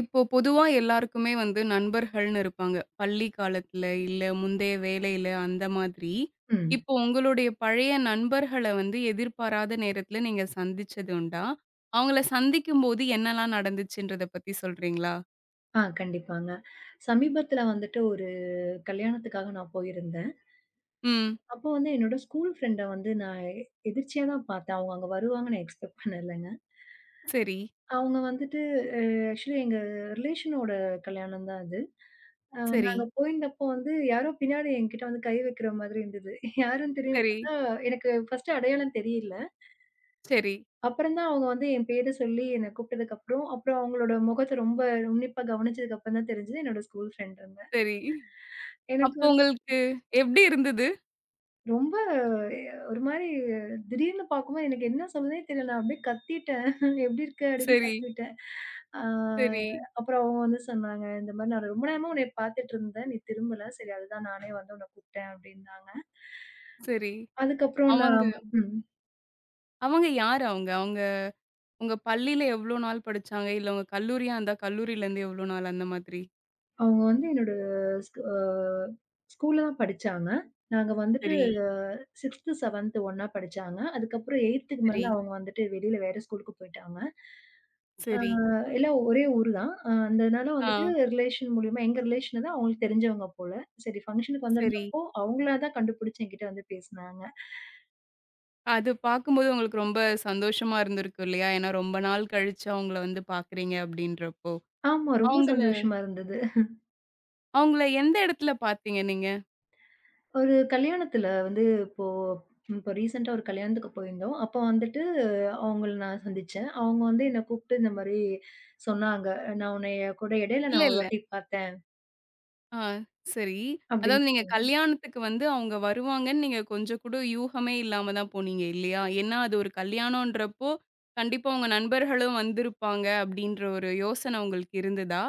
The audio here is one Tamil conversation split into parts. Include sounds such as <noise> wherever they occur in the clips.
இப்போ பொதுவா எல்லாருக்குமே வந்து நண்பர்கள்னு இருப்பாங்க. பள்ளி காலத்துல, இல்ல முந்தைய வேலையில அந்த மாதிரி. ம். இப்போ உங்களுடைய பழைய நண்பர்கள வந்து எதிர்பாராத நேரத்துல நீங்க சந்திச்சது உண்டா? அவங்கள சந்திக்கும்போது என்னலாம் நடந்துச்சுன்றத பத்தி சொல்றீங்களா? கண்டிப்பாங்க. சமீபத்தில வந்துட்டு ஒரு கல்யாணத்துக்காக நான் போயிருந்தேன். ம். அப்போ வந்து என்னோட ஸ்கூல் ஃப்ரெண்ட வந்து நான் எதிர்ச்சியா தான் பார்த்தேன். அவங்க அங்க வருவாங்கன்னு நான் எக்ஸ்பெக்ட் பண்ணலங்க. சரி, அவங்க வந்துட்டு அ ஆக்சுவலி எங்க ரிலேஷனோட கல்யாணம் தான் அது. சரி, நாங்க போயிருந்தப்போ வந்து யாரோ பின்னாடி என்கிட்ட வந்து கை வைக்கிற மாதிரி இருந்தது. யாருன்னு திரும்பி சரி, பார்த்தா எனக்கு ஃபர்ஸ்ட்டு அடையாளம் தெரியல. சரி, அப்புறம் தான் அவங்க வந்து என் பேர சொல்லி என்ன கூப்பிட்டதுக்கப்புறம், அப்புறம் அப்புறம் அவங்களோட முகத்த ரொம்ப உன்னிப்பா கவனிச்சதுக்கப்புறம் தான் தெரிஞ்சது என்னோட ஸ்கூல் ஃப்ரெண்டுன்னு. சரி. எனக்கு அப்போ உங்களுக்கு எப்படி இருந்தது? ரொம்ப ஒரு மாரி திடீர்னு பார்க்கும்போது எனக்கு என்ன சொல்றதுனே தெரியல. நான் அப்படியே கத்திட்டேன். <laughs> "எப்படி இருக்க?" அப்படின்னு சரி, கத்திட்டேன். ஆ சரி, அப்புறம் அவங்க வந்து சொன்னாங்க, "இந்த மாரி நான் ரொம்ப நேரமா உன்னைய பார்த்துட்டு இருந்தேன். நீ திரும்பல. சரி அதுதான் நானே வந்து உன்னை கூப்பிட்டேன்" அப்படின்னாங்க. சரி. அதுக்கப்புறம் அவங்க நான் ம். அவங்க யாரு அவங்க? அவங்க உங்க பள்ளியில எவ்ளோ நாள் படிச்சாங்க? இல்ல உங்க கல்லூரியா இருந்தா கல்லூரியிலேருந்து எவ்ளோ நாள் அந்த மாதிரி? அவங்க வந்து என்னோட ஸ்கூ அ ஸ்கூல்ல தான் படிச்சாங்க. நாங்க வந்துட்டு சரி, 6த், 7த் ஒண்ணா படிச்சாங்க. அதுக்கப்புறம் 8த்துக்கு மேல சரி, அவங்க வந்துட்டு வெளியில வேற ஸ்கூலுக்கு போயிட்டாங்க. ஆ சரி, எல்லாம் ஒரே ஊர் தான். அதனால வந்துட்டு ஆ. ரிலேஷன் மூலியமா எங்க ரிலேஷன் தான் அவங்களுக்கு தெரிஞ்சவங்க போல. சரி ஃபங்ஷனுக்கு சரி. வந்திருந்தப்போ, அவங்களா தான் கண்டுபிடிச்சு என்கிட்ட வந்து பேசினாங்க. அது பார்க்கும்போது உங்களுக்கு ரொம்ப சந்தோஷமா இருந்திருக்கும் இல்லையா? ஏன்னா ரொம்ப நாள் கழிச்சு அவங்கள வந்து பார்க்குறீங்க அப்படின்றப்போ. ஆமா, ரொம்ப அவங்கள சந்தோஷமா இருந்தது. அவங்கள எந்த இடத்துல பார்த்தீங்க நீங்க? ஒரு கல்யாணத்துல வந்து இப்போ இப்போ ரீசென்ட்டா ஒரு கல்யாணத்துக்கு போயிருந்தோம். அப்போ வந்துட்டு அவங்கள நான் சந்திச்சேன். அவங்க வந்து என்ன கூப்பிட்டு இந்த மாரி சொன்னாங்க. "நான் உன்னைய கூட இடையில இல்ல, நான் ஒரு இல்ல. வாட்டி பார்த்தேன்" ஆ, சரி. அப்படின்னு அதாவது நீங்க சொன்னாங்க. கல்யாணத்துக்கு வந்து அவங்க வருவாங்கன்னு நீங்க கொஞ்சம் கூட யூகமே இல்லாம தான் போனீங்க இல்லையா? ஏன்னா அது ஒரு கல்யாணம்ன்றப்போ, கண்டிப்பா உங்க நண்பர்களும் வந்திருப்பாங்க அப்படின்ற ஒரு யோசனை உங்களுக்கு இருந்ததா?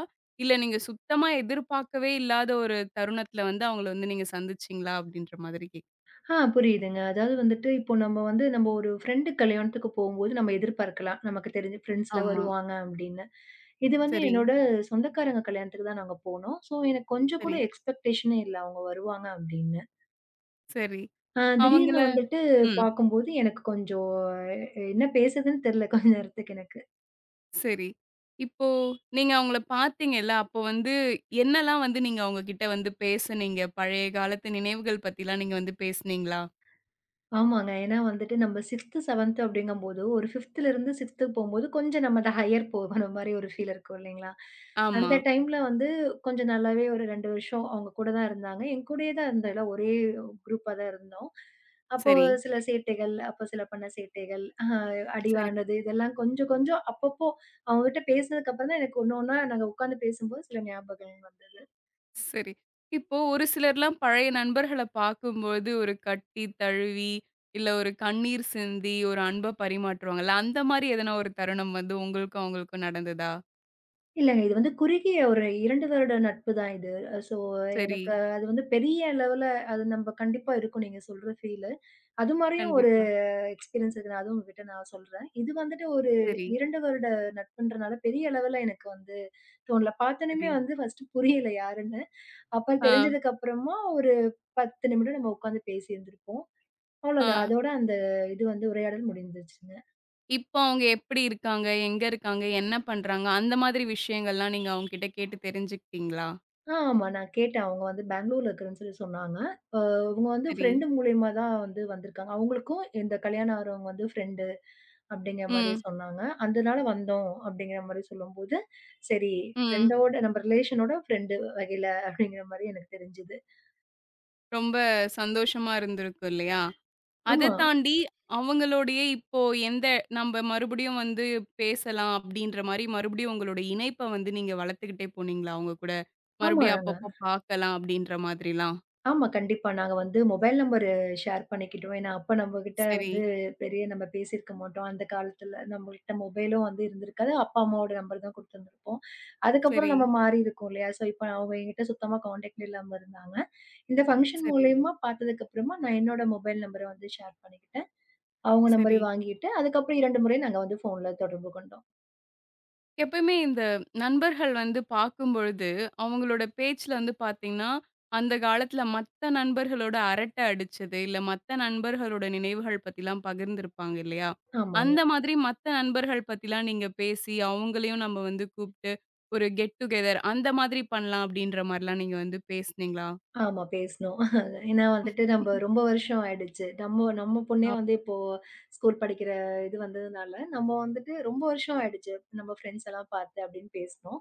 இல்ல நீங்க சுத்தமா எதிர்பார்க்கவே இல்லாத ஒரு தருணத்துல வந்து அவங்கள வந்து நீங்க சந்திச்சீங்களா? அப்படின்ற மாதிரி கேக் புரியுதுங்க. அதாவது வந்துட்டு, இப்போ நம்ம ஒரு ஃப்ரெண்டு கல்யாணத்துக்கு போம்போது நம்ம எதிர்பார்க்கலாம். நமக்கு தெரிஞ்ச ஃப்ரெண்ட்ஸ்லாம் ஆமா. வருவாங்க அப்படின்னு. இது வந்து சரி, என்னோட சொந்தக்காரங்க கல்யாணத்துக்கு தான் நாங்க போனோம். ஸோ, எனக்கு கொஞ்சம் சரி, கூட எக்ஸ்பெக்டேஷனே இல்ல அவங்க வருவாங்க அப்படின்னு. சரி. அவங்கள திடீர்னு வந்துட்டு ம். பார்க்கும்போது எனக்கு கொஞ்சம் என்ன பேசுறதுன்னு தெரியல கொஞ்ச நேரத்துக்கு எனக்கு. சரி. இப்போ நீங்க அவங்கள பார்த்தீங்கல்ல, அப்போ வந்து என்னலாம் வந்து நீங்க அவங்க கிட்ட வந்து பேசுனீங்க? பழைய காலத்து நினைவுகள் பத்திலாம் நீங்க வந்து பேசுனீங்களா? ஆமாங்க. ஏன்னா வந்துட்டு நம்ம 6த், 7த் அப்படிங்கும்போது, ஒரு 5த்ல இருந்து 6த்துக்கு போம்போது, கொஞ்சம் நம்ம அந்த ஹையர் போகற மாரி ஒரு ஃபீல் இருக்கும் இல்லைங்களா? ஆமா. அந்த டைம்ல வந்து கொஞ்சம் நல்லாவே ஒரு 2 வருஷம் அவங்க கூட தான் இருந்தாங்க. என் கூடயே தான் இருந்தா ஒரே குரூப்பா தான் இருந்தோம். அப்போ சரி, சில சேட்டைகள், அப்போ சில பண்ண சேட்டைகள், அடி சரி, வாங்கினது இதெல்லாம் கொஞ்சம் கொஞ்சம் அப்பப்போ அவங்ககிட்ட பேசினதுக்கு அப்புறம் தான் எனக்கு ஒண்ணு ஒண்ணா நாங்க உட்கார்ந்து பேசும்போது சில ஞாபகங்கள் சரி. இப்போ ஒரு சிலர்லாம் பழைய நண்பர்கள பார்க்கும்போது ஒரு கட்டி, தழுவி, இல்ல ஒரு கண்ணீர் சிந்தி, ஒரு அன்ப பரிமாற்றுவாங்கல்ல, அந்த மாரி எதனா ஒரு தருணம் வந்து உங்களுக்கும் அவங்களுக்கும் நடந்ததா? இல்லங்க. இது வந்து குறுகிய ஒரு 2 வருட நட்பு தான் இது. ஸோ சரி. எனக்கு அது வந்து பெரிய லெவல்ல அது நம்ப கண்டிப்பா இருக்கும் நீங்க சொல்ற ஃபீலு. அது மாரியும் ஒரு கண்டிப்பா. எக்ஸ்பீரியன்ஸ் இருக்கு. நான் அதுவும் உங்ககிட்ட நான் சொல்றேன். இது வந்துட்டு ஒரு சரி, 2 வருட நட்புன்றனால பெரிய லெவல்ல எனக்கு வந்து தோணல. சரி. பார்த்தோனயுமே வந்து ஃபர்ஸ்ட்டு புரியல யாருன்னு. அப்புறம் ஆ, தெரிஞ்சதுக்கு அப்புறமா ஒரு 10 நிமிடம் நம்ம உட்காந்து பேசியிருந்திருப்போம். ஆ. அவ்வளோதான். அதோட அந்த இது வந்து உரையாடல் முடிஞ்சிருச்சுங்க. இப்போ அவங்க எப்படி இருக்காங்க? எங்க இருக்காங்க? என்ன பண்றாங்க? அந்த மாதிரி விஷயங்கள்லாம் நீங்க அவங்ககிட்ட கேட்டு தெரிஞ்சுக்கிட்டீங்களா? ஆ, ஆமா. நான் கேட்டேன். அவங்க வந்து பெங்களூர்ல இருக்கிறேன்னு சொல்லி சொன்னாங்க. அ இவங்க வந்து சரி. ஃப்ரெண்டு மூலியமா தான் வந்திருக்காங்க. அவங்களுக்கும் இந்த கல்யாணம் ஆறவங்க வந்து ஃப்ரெண்டு அப்படிங்கிற மாரி ம், சொன்னாங்க. அதனால வந்தோம் அப்படிங்கிற மாரி சொல்லும்போது, சரி ம். ஃப்ரெண்டோட நம்ம ரிலேஷனோட ஃப்ரெண்டு வகையில அப்படிங்கிற மாரி எனக்கு தெரிஞ்சது. ரொம்ப சந்தோஷமா இருந்திருக்கும் இல்லையா? அத ஆமா, தாண்டி அவங்களுடைய இப்போ எந்த நம்ப மறுபடியும் வந்து பேசலாம் அப்படின்ற மாரி மறுபடியும் உங்களோட இணைப்ப வந்து நீங்க வளர்த்துக்கிட்டே போனீங்களா? அவங்க கூட மறுபடியும் ஆமாங்க. அப்பப்போ பார்க்கலாம் அப்படின்ற மாதிரிலாம்? ஆமா. கண்டிப்பா. நாங்க வந்து மொபைல் நம்பரு ஷேர் பண்ணிக்கிட்டோம். ஏன்னா, அப்ப நம்மகிட்ட சரி, வந்து பெரிய நம்ம பேசியிருக்க மாட்டோம். அந்த காலத்துல நம்மகிட்ட மொபைலும் வந்து இருந்திருக்காது. அப்பா, அம்மாவோட நம்பர் தான் குடுத்துருந்துருப்போம். அதுக்கப்புறம் சரி, நம்ம மாறி இருக்கோம் இல்லையா? ஸோ, இப்ப அவங்க என்கிட்ட சுத்தமா கான்டாக்ட்ல இல்லாம இருந்தாங்க. இந்த ஃபங்ஷன் சரி, மூலியமா பார்த்ததுக்கப்புறமா, நான் என்னோட மொபைல் நம்பர வந்து ஷேர் பண்ணிக்கிட்டேன். அவங்க சரி. நம்பரையும் வாங்கிட்டு, அதுக்கப்புறம் 2 முறை நாங்க வந்து ஃபோன்ல தொடர்பு கொண்டோம். எப்பயுமே இந்த நண்பர்கள் வந்து பார்க்கும்பொழுது, அவங்களோட பேச்சுல வந்து பார்த்தீங்கன்னா, அந்த காலத்துல மத்த நண்பர்களோட அரட்டை அடிச்சது, இல்ல மத்த நண்பர்களோட நினைவுகள் பத்திலாம் பகிர்ந்திருப்பாங்க இல்லையா? ஆமாங்க. அந்த மாதிரி மத்த நண்பர்கள் பத்திலாம் நீங்க பேசி, அவங்களையும் நம்ம வந்து கூப்பிட்டு, ஒரு கெட் டுகெதர் அந்த மாதிரி பண்ணலாம் அப்படின்ற மாரிலாம் நீங்க வந்து பேசுனீங்களா? ஆமா பேசினோம். ஏன்னா வந்துட்டு நம்ம ரொம்ப வருஷம் ஆயிடுச்சு. நம்ம நம்ம பொண்ணே அ வந்து இப்போ ஸ்கூல் படிக்கிற இது வந்ததுனால, நம்ம வந்துட்டு ரொம்ப வருஷம் ஆயிடுச்சு. நம்ம ஃப்ரெண்ட்ஸ் எல்லாம் பார்த்து அப்படின்னு பேசினோம்.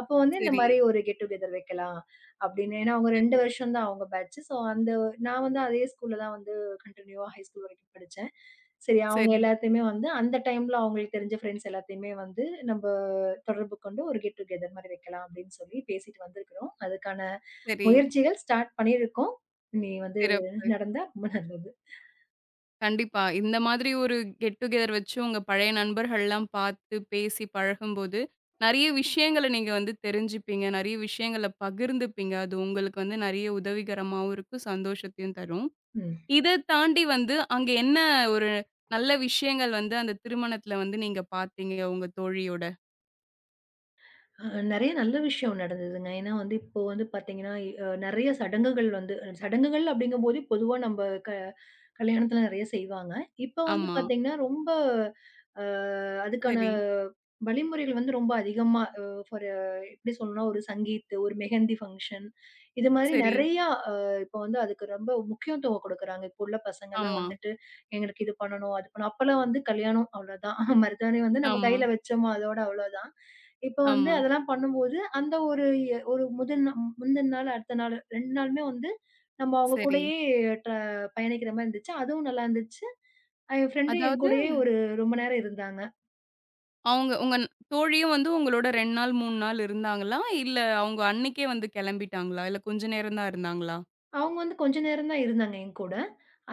அப்போ வந்து இந்த சரி, மாரி ஒரு கெட் டுகெதர் வைக்கலாம் அப்படின்னு. ஏன்னா அவங்க 2 சரி, வருஷம் தான் அவங்க பேட்ச். ஸோ அந்த நான் வந்து அதே ஸ்கூல்ல தான் வந்து கன்டினியூவா ஹை ஸ்கூல் வரைக்கும் படிச்சேன். சரி அவங்க சரி, எல்லாத்தையுமே வந்து அந்த டைம்ல அவங்களுக்கு தெரிஞ்ச ஃப்ரெண்ட்ஸ் எல்லாத்தையுமே வந்து நம்ம தொடர்பு கொண்டு ஒரு கெட் டுகெதர் மாரி வைக்கலாம் அப்படின்னு சொல்லி பேசிட்டு வந்திருக்கிறோம். அதுக்கான சரி. முயற்சிகள் ஸ்டார்ட் பண்ணியிருக்கோம். நீ வந்து சிறப்பு. நடந்தா ரொம்ப நல்லது. கண்டிப்பா. இந்த மாதிரி ஒரு கெட் டுகெதர் வச்சு உங்க பழைய நண்பர்கள்லாம் பார்த்து, பேசி பழகும்போது, நெறைய விஷயங்கள நீங்க வந்து தெரிஞ்சுப்பீங்க. நெறைய விஷயங்கள பகிர்ந்துப்பீங்க. அது உங்களுக்கு வந்து நெறைய உதவிகரமாவும் இருக்கும். சந்தோஷத்தையும் தரும். ம். இத தாண்டி வந்து அங்க என்ன ஒரு நல்ல விஷயங்கள் வந்து அந்த திருமணத்துல வந்து நீங்க பார்த்தீங்க உங்க தோழியோட? அ நெறைய நல்ல விஷயம் நடந்ததுங்க. ஏன்னா வந்து இப்போ வந்து பார்த்தீங்கன்னா, நெறைய சடங்குகள் வந்து சடங்குகள் அப்படிங்கும்போது பொதுவா நம்ப க கல்யாணத்துல நெறைய செய்வாங்க. இப்ப வந்து ஆமா. பாத்தீங்கன்னா, ரொம்ப அ அதுக்கான சரி, வழிமுறைகள் வந்து ரொம்ப அதிகமா அ ஃபார் எப்படி சொல்லணும்னா, ஒரு சங்கீத், ஒரு மெஹந்தி ஃபங்ஷன் இது மாரி சரி. நெறையா இப்ப வந்து அதுக்கு ரொம்ப முக்கியத்துவம் குடுக்குறாங்க. இப்போ உள்ள பசங்கலாம் ஆமா, வந்துட்டு, எங்களுக்கு இது பண்ணணும், அது பண்ணணும். அப்பலாம் வந்து கல்யாணம் அவ்வளோதான். <laughs> மருதாணி வந்து நம்ம ஆமா, கையில வச்சோமா அதோட அவ்வளோதான். இப்ப வந்து ஆமா. அதெல்லாம் பண்ணும்போது, அந்த ஒரு எ ஒரு முதல் நா முந்தின நாள், அடுத்த நாள் 2 நாளுமே வந்து நம்ம அவங்க சரி. கூடயே ட்ர பயணிக்கிற மாரி இருந்துச்சு. அதுவும் நல்லா இருந்துச்சு. என் ஃப்ரெண்டும் என் அதாவது கூடயே ஒரு ரொம்ப நேரம் இருந்தாங்க. அவங்க உங்க ந- தோழியும் வந்து உங்களோட 2 நாள், 3 நாள் இருந்தாங்களா? இல்ல அவங்க அன்னைக்கே வந்து கெளம்பிட்டாங்களா? இல்ல கொஞ்ச நேரம் தான் இருந்தாங்களா? அவங்க வந்து கொஞ்ச நேரம் தான் இருந்தாங்க என் கூட.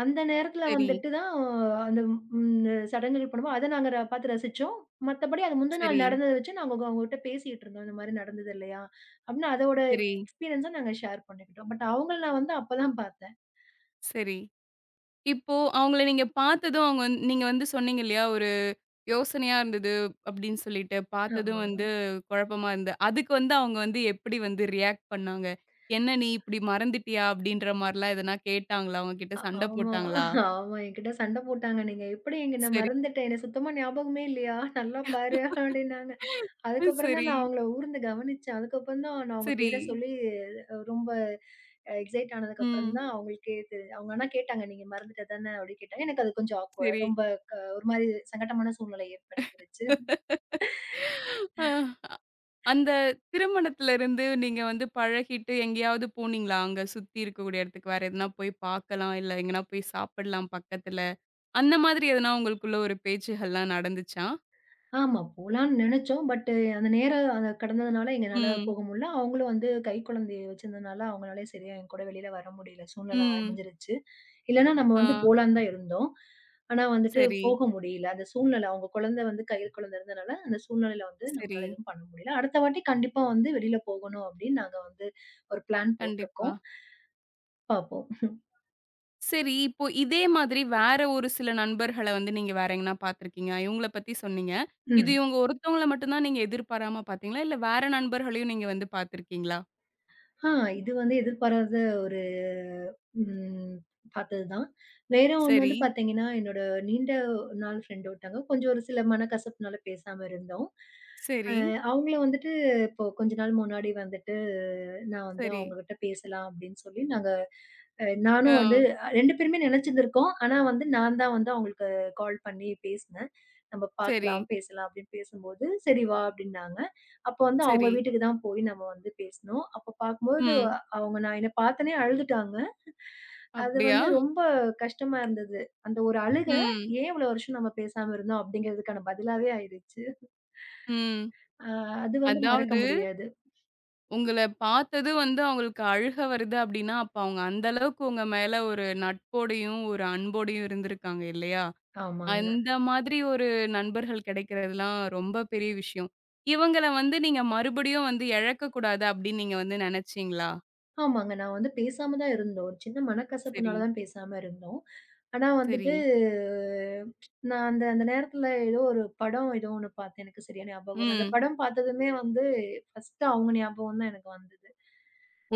அந்த நேரத்துல சரி, வந்துட்டு தான் அந்த ம் சடங்குகள் பண்ணும்போது, அத நாங்க பார்த்து ரசிச்சோம். மத்தபடி அது முந்தின சரி, நாள் நடந்தத வச்சு நாங்க அவங்ககிட்ட பேசிட்டு இருந்தோம். இந்த மாரி நடந்தது இல்லையா? அப்படின்னு அதோட சரி. எக்ஸ்பீரியன்ஸ நாங்க ஷேர் பண்ணிக்கிட்டோம். பட் அவங்கள நான் வந்து அப்பதான் பார்த்தேன். சரி. இப்போ அவங்கள நீங்க பாத்ததும் அவங்க வந் நீங்க வந்து சொன்னீங்க இல்லையா? ஒரு யோசனையா இருந்தது அப்படின்னு சொல்லிட்டு, பாத்ததும் வந்து ஆமாங்க. குழப்பமா இருந்தது. அதுக்கு வந்து அவங்க வந்து எப்படி வந்து ரியாக்ட் பண்ணாங்க? "என்ன நீ இப்படி மறந்துட்டியா?" அப்படின்ற மாரிலாம் எதனா கேட்டாங்களா? உங்ககிட்ட சண்ட ஆமா, போட்டாங்களா? ஆமா. என்கிட்ட சண்ட போட்டாங்க. "நீங்க எப்படி எங்க நான் சரி. மறந்துட்டேன். எனக்கு சுத்தமா ஞாபகமே இல்லையா? நல்லா பாரு" அப்படின்னாங்க. அதுக்கப்புறம் தான் சரி, நான் அவங்கள ஊர்ந்து கவனிச்சேன். அதுக்கப்புறம் தான் நான் அவங்க சரி. பேர சொல்லி ரொம்ப எக்ஸைட் ஆனதுக்கப்புறம் ம். தான் அவங்களுக்கே தெரி அவங்க ஆனா கேட்டாங்க, "நீங்க மறந்துட்ட தானே?" அப்படி கேட்டாங்க. எனக்கு அது கொஞ்சம் ஆக்வர்ட் சரி. ரொம்ப ஒரு மாரி சங்கட்டமான சூழ்நிலை ஏற்படுத்திருச்சு. அ அந்த திருமணத்திலருந்து நீங்க வந்து பழகிட்டு எங்கேயாவது போனீங்களா? அங்க சுத்தி இருக்கக்கூடிய இடத்துக்கு வேற எதுனா போய் பார்க்கலாம், இல்ல எங்கனா போய் சாப்பிடலாம் பக்கத்துல. அந்த மாதிரி எதனா உங்களுக்குள்ள ஒரு பேச்சுகள்லாம் நடந்துச்சா? ஆமா, போலான்னு நெனச்சோம். பட் அந்த நேரம் அது கடந்ததுனால எங்கனால ம். போக முடியல. அவங்களும் வந்து கைக்குழந்தைய வச்சிருந்ததுனால, அவங்களாலயும் சரியா என் கூட வெளியில வர முடியல. சூழ்நிலை ம். அமைஞ்சிருச்சு. இல்லன்னா, நம்ம ஆ. வந்து போலான்னு தான் இருந்தோம். ஆனா வந்துட்டு சரி, போக முடியல. அந்த சூழ்நிலை அவங்க குழந்தை வந்து கையில் குழந்தை இருந்தனால, அந்த சூழ்நிலையில வந்து சரி. நம்மளால எதுவும் பண்ண முடியல. அடுத்த வாட்டி கண்டிப்பா வந்து வெளியில போகணும் அப்படின்னு நாங்க வந்து ஒரு பிளான் கண்டிப்பா. போட்டிருக்கோம். பார்ப்போம். சரி, இப்போ இதே மாதிரி வேற ஒரு சில நண்பர்கள வந்து நீங்க வேற எங்கனா பார்த்துருக்கீங்க. இவங்கள பத்தி சொன்னீங்க. இது ம். இவங்க ஒருத்தவங்கள மட்டும் தான் நீங்க எதிர்பாராம பார்த்தீங்களா? இல்ல வேற நண்பர்களையும் நீங்க வந்து பார்த்துருக்கீங்களா? ஆ இது வந்து எதிர்பாராத ஒரு ம் பார்த்தது தான். வேற ஒண்ணு சரி. வந்து பார்த்தீங்கன்னா, என்னோட நீண்ட நாள் ஃப்ரெண்ட் ஒருத்தவங்க கொஞ்சம் ஒரு சில மனக்கசப்புனால பேசாம இருந்தோம். சரி, அவங்கள வந்துட்டு இப்போ கொஞ்ச நாள் முன்னாடி வந்துட்டு நான் வந்து சரி. அவங்ககிட்ட பேசலாம் அப்படின்னு சொல்லி நாங்க நானும் வந்து ஆ. 2 பேருமே நெனச்சிருந்திருக்கோம். ஆனா வந்து நான் தான் வந்து அவங்களுக்கு கால் பண்ணி பேசினேன். "நம்ம சரி, பார்க்கலாம், பேசலாம்" அப்படின்னு பேசும்போது, "சரி வா" அப்படின்னாங்க. அப்போ வந்து அவங்க சரி. வீட்டுக்கு தான் போய் நம்ம வந்து பேசினோம். அப்போ பார்க்கும்போது ம். அவங்க நான் என்ன பார்த்தோனே அழுதுட்டாங்க. அது அப்படியா? வந்து ரொம்ப கஷ்டமா இருந்தது. அந்த ஒரு அழுகை ம், ஏன் இவ்வளோ வருஷம் நம்ம பேசாம இருந்தோம் அப்படிங்கிறதுக்கான பதிலாவே ஆயிடுச்சு. ம். அ அது வந்து மறக்க அதாவது முடியாது. உங்கள பார்த்தது வந்து அவங்களுக்கு அழுக வருது அப்படின்னா, அப்ப அவங்க அந்த அளவுக்கு உங்க மேல ஒரு நட்போடையும், ஒரு அன்போடையும் இருந்திருக்காங்க இல்லையா? ஆமாங்க. அந்த மாதிரி ஒரு நண்பர்கள் கிடைக்கிறதுலாம் ரொம்ப பெரிய விஷயம். இவங்கள வந்து நீங்க மறுபடியும் வந்து இழக்கக்கூடாது அப்படின்னு நீங்க வந்து நினைச்சீங்களா? ஆமாங்க. நான் வந்து பேசாம தான் இருந்தோம். ஒரு சின்ன சரி, மனக்கசப்புனால தான் பேசாம இருந்தோம். ஆனா சரி. வந்துட்டு அஹ் நான் அந்த அந்த நேரத்துல ஏதோ ஒரு படம் ஏதோ ஒண்ணு பார்த்தேன். எனக்கு சரியா ஞாபகம் இல்ல. அந்த ம், படம் பார்த்ததுமே வந்து ஃபர்ஸ்ட்டு அவங்க ஞாபகம் தான் எனக்கு வந்தது.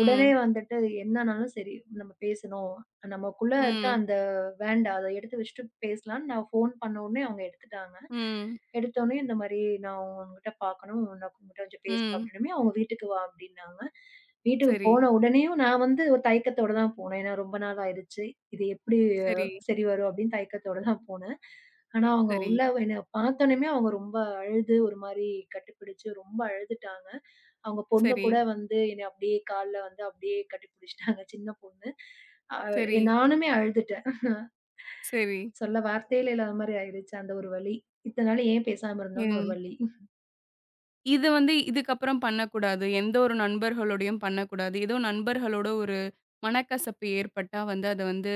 உடனே வந்துட்டு என்னனாலும் சரி, நம்ம பேசணும். நமக்குள்ள இருக்க ம், அந்த வேண்டாம். அத எடுத்து வச்சுட்டு பேசலான்னு நான் ஃபோன் பண்ண உடனே அவங்க எடுத்துட்டாங்க. ம், எடுத்த உடனே இந்த மாரி "நான் உன்கிட்ட பார்க்கணும். நான் உன்கிட்ட கொஞ்சம் பேசணும்" ம். அப்படின்னமே, அவங்க வீட்டுக்கு வா அப்படின்னாங்க. வீட்டுக்கு சரி, போன உடனேயும் நான் வந்து ஒரு தயக்கத்தோட தான் போனேன். ஏன்னா ரொம்ப நாள் ஆயிடுச்சு. இது எப்படி சரி, சரி வரும் அப்படின்னு தயக்கத்தோட தான் போனேன். ஆனா அவங்க சரி. உள்ள என்ன பார்த்தோனேயுமே அவங்க ரொம்ப அழுது ஒரு மாரி கட்டிப்பிடிச்சு ரொம்ப அழுதுட்டாங்க. அவங்க பொண்ணு சரி, கூட வந்து என்ன அப்படியே கால்ல வந்து அப்படியே கட்டி பிடிச்சிட்டாங்க சின்ன பொண்ணு. அ சரி, நானுமே அழுதுட்டேன். சரி. சொல்ல வார்த்தையில இல்லாத மாரி ஆயிருச்சு. அந்த ஒரு வலி. இத்தன நாள் ஏன் பேசாம இருந்தோம்னு ஒரு ம். வலி. இது வந்து இதுக்கப்புறம் பண்ணக்கூடாது. எந்த ஒரு நண்பர்களோடையும் பண்ணக்கூடாது. ஏதோ நண்பர்களோட ஒரு மனக்கசப்பு ஏற்பட்டா வந்து அத வந்து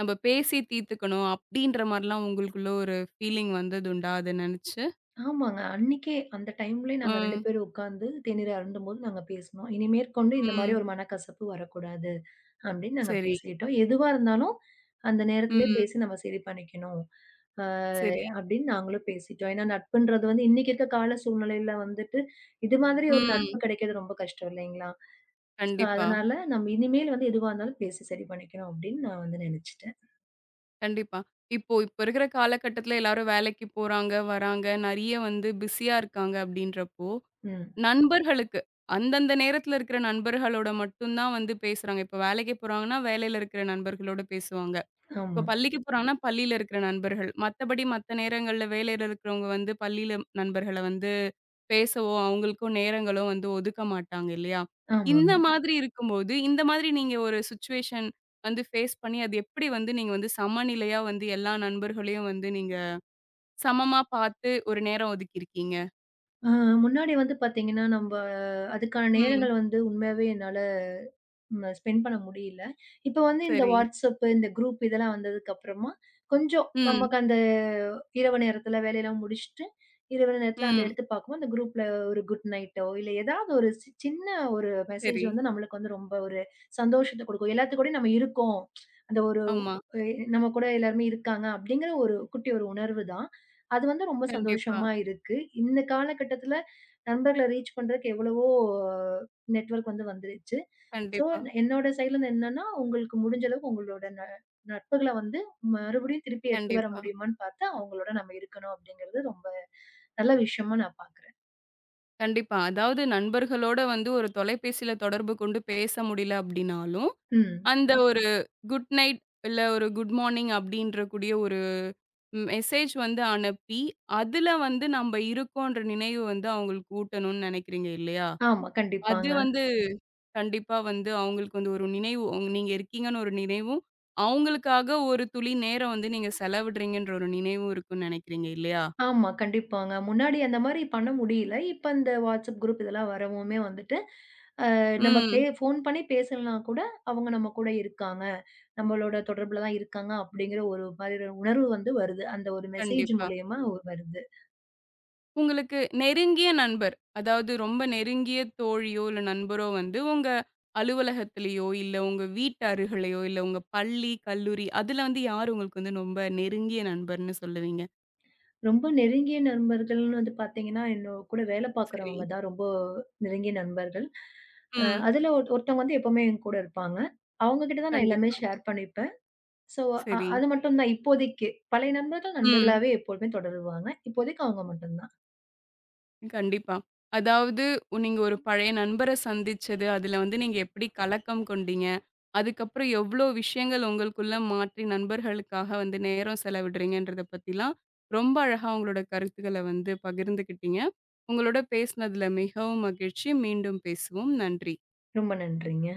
நம்ம பேசி தீர்த்துக்கணும். அப்படின்ற மாரிலாம் உங்களுக்குள்ள ஒரு ஃபீலிங் வந்ததுண்டா அத நெனச்சு? ஆமாங்க. அன்னைக்கே அந்த டைம்லயே நாங்க 2 ம், பேரும் உட்கார்ந்து தேநீர் அருந்தும்போது நாங்க பேசினோம். இனி மேற்கொண்டு இந்த மாரி ம். ஒரு மனக்கசப்பு வரக்கூடாது அப்படின்னு நாங்க சரி. பேசிட்டோம். எதுவா இருந்தாலும் அந்த நேரத்திலயே ம். பேசி நம்ம சரி பண்ணிக்கணும். அ சரி. அப்படின்னு நாங்களும் பேசிட்டோம். ஏன்னா நட்புன்றது வந்து இன்னைக்கு இருக்க கால சூழ்நிலையில வந்துட்டு இது மாதிரி ஒரு ம். நட்பு கிடைக்கிறது ரொம்ப கஷ்டம் இல்லைங்களா? சோ கண்டிப்பா, அதனால நம்ம இனிமேல் வந்து எதுவா இருந்தாலும் பேசி சரி பண்ணிக்கணும் அப்படின்னு நான் வந்து நினைச்சுட்டேன். கண்டிப்பா. இப்போ இப்ப இருக்கிற காலகட்டத்துல எல்லாரும் வேலைக்கு போறாங்க, வராங்க. நெறைய வந்து பிஸியா இருக்காங்க அப்படின்றப்போ ம். நண்பர்களுக்கு. அந்தந்த நேரத்துல இருக்கிற நண்பர்களோட மட்டும் தான் வந்து பேசுறாங்க. இப்ப வேலைக்கு போறாங்கன்னா, வேலையில இருக்கிற நண்பர்களோட பேசுவாங்க. இப்போ ஆமா, பள்ளிக்கு போறாங்கன்னா, பள்ளியில இருக்கிற நண்பர்கள். மத்தபடி மத்த நேரங்கள்ல வேலையில இருக்கிறவங்க வந்து பள்ளியில நண்பர்கள வந்து பேசவோ, அவங்களுக்கும் நேரங்களோ வந்து ஒதுக்க மாட்டாங்க இல்லையா? இந்த ஆமாங்க. மாதிரி இருக்கும்போது, இந்த மாதிரி நீங்க ஒரு சிச்சுவேஷன் வந்து ஃபேஸ் பண்ணி, அது எப்படி வந்து நீங்க வந்து சமநிலையா வந்து எல்லா நண்பர்களையும் வந்து நீங்க சமமா பார்த்து ஒரு நேரம் ஒதுக்கியிருக்கீங்க? அ முன்னாடி வந்து பார்த்தீங்கன்னா, நம்ப அதுக்கான ம். நேரங்கள் வந்து உண்மையாவே என்னால ம். ஸ்பெண்ட் பண்ண முடியல. இப்ப வந்து இந்த சரி. WhatsApp, இந்த குரூப் இதெல்லாம் வந்ததுக்கு அப்புறமா, கொஞ்சம் ம். நமக்கு அந்த இரவு நேரத்துல வேலையெல்லாம் முடிச்சுட்டு, இரவு நேரத்துல அந்த ம். எடுத்து பார்க்கும்போது, அந்த குரூப்ல ஒரு குட் நைட்டோ, இல்ல ஏதாவது ஒரு சின்ன ஒரு மெசேஜ் சரி. வந்து நம்மளுக்கு வந்து ரொம்ப ஒரு சந்தோஷத்த குடுக்கும். எல்லாத்து கூடயும் நம்ம இருக்கோம். அந்த ஒரு ஆமா. எ நம்ம கூட எல்லாருமே இருக்காங்க அப்படிங்கிற ஒரு குட்டி ஒரு உணர்வு தான். அது வந்து ரொம்ப கண்டிப்பா, சந்தோஷமா இருக்கு. இந்த காலகட்டத்துல நண்பர்கள ரீச் பண்றதுக்கு எவ்வளவோ நெட்வொர்க் வந்து வந்துருச்சு. சோ, கண்டிப்பா, என்னோட சைட்லருந்து என்னன்னா, உங்களுக்கு முடிஞ்ச அளவுக்கு உங்களோட நட்புகள வந்து மறுபடியும் திருப்பி எடுத்துட்டு வர கண்டிப்பா, முடியுமான்னு பார்த்து, அவங்களோட நம்ம இருக்கணும் அப்படிங்கிறது ரொம்ப நல்ல விஷயமா நான் பார்க்குறேன். கண்டிப்பா. அதாவது நண்பர்களோட வந்து ஒரு தொலைபேசியில தொடர்பு கொண்டு பேச முடியல அப்டினாலும், ம். அந்த ஒரு குட் நைட் இல்ல ஒரு குட் மார்னிங் அப்டின்ற கூடிய ஒரு மெசேஜ் வந்து அனுப்பி, அதுல வந்து நம்ப இருக்கோன்ற நினைவு வந்து அவங்களுக்கு ஊட்டணும்னு நெனைக்கிறீங்க இல்லையா? ஆமா, அது கண்டிப்பாங்க. வந்து கண்டிப்பா வந்து அவங்களுக்கு வந்து ஒரு நினைவு உங்க- நீங்க இருக்கீங்கன்னு ஒரு நினைவும், அவங்களுக்காக ஒரு துளி நேரம் வந்து நீங்க செலவிடுறீங்கன்ற ஒரு நினைவும் இருக்கும்னு நெனைக்கிறீங்க இல்லையா? ஆமா, கண்டிப்பாங்க. முன்னாடி அந்த மாரி பண்ண முடியல. இப்ப இந்த WhatsApp குரூப் இதெல்லாம் வரவுமே வந்துட்டு, நம்ம ம். ஃபோன் பண்ணி பேசலனா கூட, அவங்க நம்ம கூட இருக்காங்க. நம்மளோட தொடர்புல தான் இருக்காங்க அப்படிங்கிற ஒரு மாரி ஒரு உணர்வு வந்து வருது. அந்த ஒரு மெசேஜ் கண்டிப்பா. மூலியமா வருது. உங்களுக்கு நெருங்கிய நண்பர், அதாவது ரொம்ப நெருங்கிய தோழியோ, இல்ல நண்பரோ வந்து உங்க அலுவலகத்திலயோ, இல்ல உங்க வீட்டு அருகிலயோ, இல்ல உங்க பள்ளி, கல்லூரி அதுல வந்து யார் உங்களுக்கு வந்து ரொம்ப நெருங்கிய நண்பர்ன்னு சொல்லுவீங்க? ரொம்ப நெருங்கிய நண்பர்கள்ன்னு வந்து பார்த்தீங்கன்னா, என்னோட கூட வேலை சரி. பார்க்குறவங்க தான் ரொம்ப நெருங்கிய நண்பர்கள். ம். அதுல ஒரு ஒருத்தவங்க வந்து எப்பவுமே என் கூட இருப்பாங்க. அவங்க கிட்ட தான் நான் எல்லாமே கண்டிப்பா. ஷேர் பண்ணிப்பேன். ஸோ சரி. அது மட்டும் தான் இப்போதைக்கு. பழைய நண்பர்கள் ம். நண்பர்களாவே எப்போதுமே தொடருவாங்க. இப்போதைக்கு அவங்க மட்டும் தான். கண்டிப்பா. அதாவது உ- நீங்க ஒரு பழைய நண்பர சந்திச்சது, அதுல வந்து நீங்க எப்படி கலக்கம் கொண்டீங்க? அதுக்கப்புறம் எவ்ளோ விஷயங்கள் உங்களுக்குள்ள மாற்றி நண்பர்களுக்காக வந்து நேரம் செலவிடுறீங்கன்றத பத்திலாம் ரொம்ப அழகா உங்களோட கருத்துக்கள வந்து பகிர்ந்துக்கிட்டீங்க. உங்களோட பேசினதுல மிகவும் மகிழ்ச்சி. மீண்டும் பேசுவோம். நன்றி. ரொம்ப நன்றிங்க.